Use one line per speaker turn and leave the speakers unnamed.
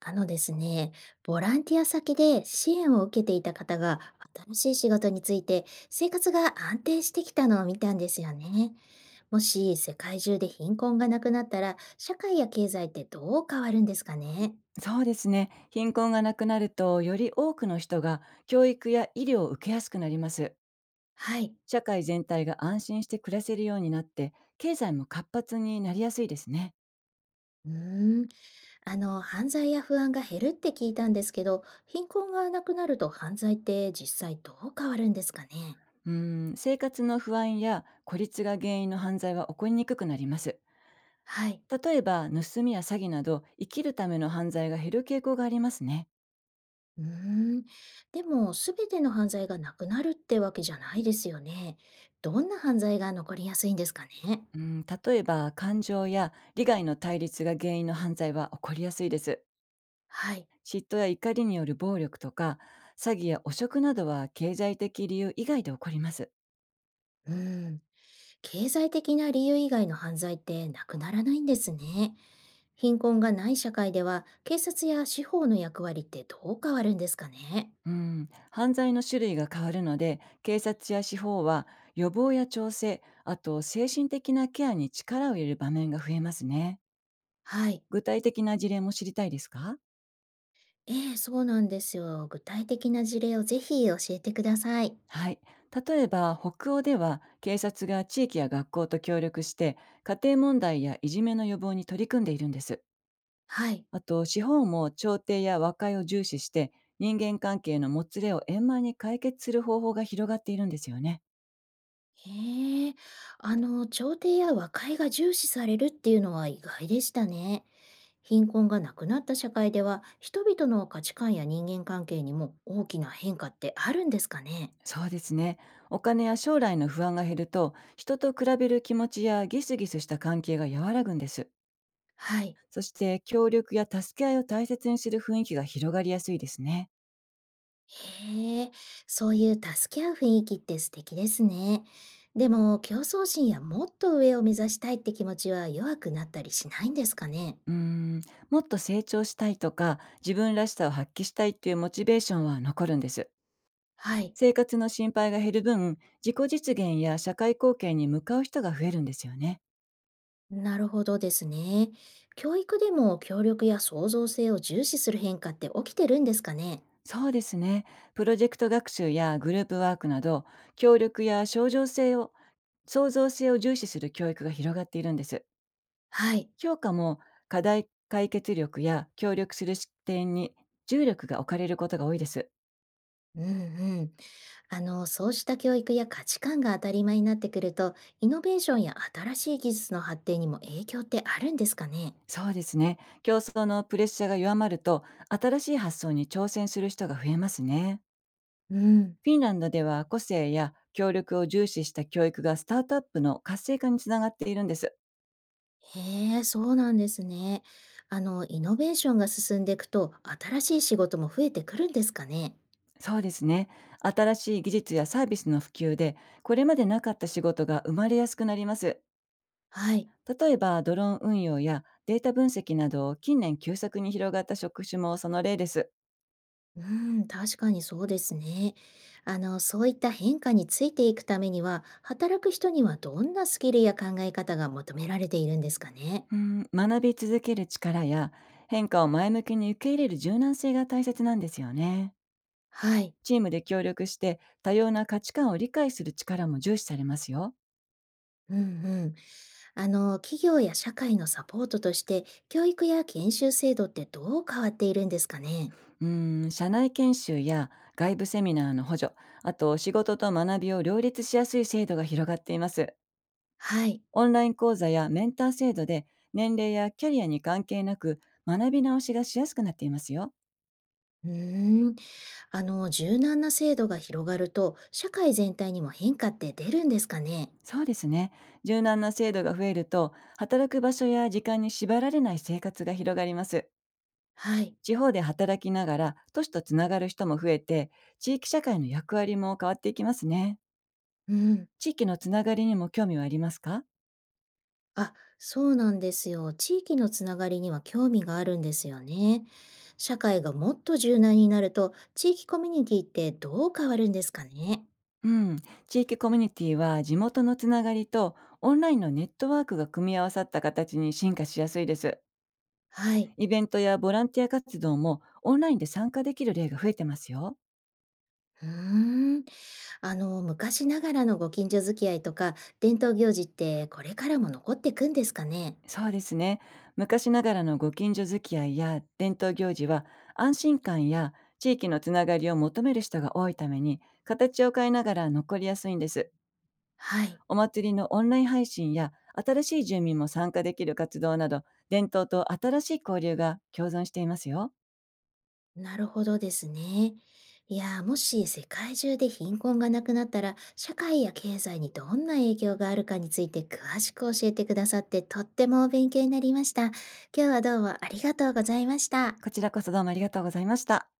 あのですね、ボランティア先で支援を受けていた方が新しい仕事について生活が安定してきたのを見たんですよね。もし世界中で貧困がなくなったら社会や経済ってどう変わるんですかね？
そうですね。貧困がなくなると、より多くの人が教育や医療を受けやすくなります。
はい。
社会全体が安心して暮らせるようになって、経済も活発になりやすいですね。
うーん、犯罪や不安が減るって聞いたんですけど、貧困がなくなると犯罪って実際どう変わるんですかね？
うん、生活の不安や孤立が原因の犯罪は起こりにくくなります。
はい。
例えば、盗みや詐欺など、生きるための犯罪が減る傾向がありますね。
うーん、でも全ての犯罪がなくなるってわけじゃないですよね。どんな犯罪が残りやすいんですかね。
うん、例えば、感情や利害の対立が原因の犯罪は起こりやすいです。
はい。
嫉妬や怒りによる暴力とか、詐欺や汚職などは経済的理由以外で起こります。
うーん。経済的な理由以外の犯罪ってなくならないんですね。貧困がない社会では警察や司法の役割ってどう変わるんですかね。
うん、犯罪の種類が変わるので、警察や司法は予防や調整、あと精神的なケアに力を入れる場面が増えますね。
はい。
具体的な事例も知りたいですか？
ええ、そうなんですよ。具体的な事例をぜひ教えてください。
はい。例えば、北欧では警察が地域や学校と協力して家庭問題やいじめの予防に取り組んでいるんです。
はい。
あと資本も調停や和解を重視して、人間関係のもつれを円満に解決する方法が広がっているんですよね。
へえ、調停や和解が重視されるっていうのは意外でしたね。貧困がなくなった社会では、人々の価値観や人間関係にも大きな変化ってあるんですかね。
そうですね。お金や将来の不安が減ると、人と比べる気持ちやギスギスした関係が和らぐんです。
はい。
そして協力や助け合いを大切にする雰囲気が広がりやすいですね。
へえ、そういう助け合う雰囲気って素敵ですね。でも、競争心やもっと上を目指したいって気持ちは弱くなったりしないんですかね。
うーんもっと成長したいとか、自分らしさを発揮したいっていうモチベーションは残るんです。
はい。
生活の心配が減る分、自己実現や社会貢献に向かう人が増えるんですよね。
なるほどですね。教育でも協力や創造性を重視する変化って起きてるんですかね？
そうですね。プロジェクト学習やグループワークなど、協力や創造性を、創造性を重視する教育が広がっているんです。
はい。
評価も課題解決力や協力する視点に重力が置かれることが多いです。
うんうん。そうした教育や価値観が当たり前になってくると、イノベーションや新しい技術の発展にも影響ってあるんですかね？
そうですね。競争のプレッシャーが弱まると、新しい発想に挑戦する人が増えますね。
うん。
フィンランドでは個性や協力を重視した教育がスタートアップの活性化につながっているんです。
へえ、そうなんですね。イノベーションが進んでいくと、新しい仕事も増えてくるんですかね？
そうですね。新しい技術やサービスの普及で、これまでなかった仕事が生まれやすくなります。
はい。
例えば、ドローン運用やデータ分析など、近年急速に広がった職種もその例です。
うー確かにそうですね。そういった変化についていくためには、働く人にはどんなスキルや考え方が求められているんですかね。
うん、学び続ける力や変化を前向きに受け入れる柔軟性が大切なんですよね。
はい。
チームで協力して多様な価値観を理解する力も重視されますよ。
うんうん。企業や社会のサポートとして、教育や研修制度ってどう変わっているんですかね。
うーん、社内研修や外部セミナーの補助、あと仕事と学びを両立しやすい制度が広がっています。
はい。
オンライン講座やメンター制度で、年齢やキャリアに関係なく学び直しがしやすくなっていますよ。
うーん。柔軟な制度が広がると、社会全体にも変化って出るんですかね。
そうですね。柔軟な制度が増えると、働く場所や時間に縛られない生活が広がります。
はい。
地方で働きながら都市とつながる人も増えて、地域社会の役割も変わっていきますね。
うん。
地域のつながりにも興味はありますか？
あ、そうなんですよ。地域のつながりには興味があるんですよね。社会がもっと柔軟になると、地域コミュニティってどう変わるんですかね。
うん、地域コミュニティは地元のつながりとオンラインのネットワークが組み合わさった形に進化しやすいです。
はい。
イベントやボランティア活動もオンラインで参加できる例が増えてますよ。
うーん。昔ながらのご近所付き合いとか、伝統行事ってこれからも残っていくんですかね。
そうですね。昔ながらのご近所付き合いや伝統行事は、安心感や地域のつながりを求める人が多いために形を変えながら残りやすいんです。
はい。
お祭りのオンライン配信や新しい住民も参加できる活動など、伝統と新しい交流が共存していますよ。
なるほどですね。いやー、もし世界中で貧困がなくなったら、社会や経済にどんな影響があるかについて詳しく教えてくださってとっても勉強になりました。今日はどうもありがとうございました。
こちらこそどうもありがとうございました。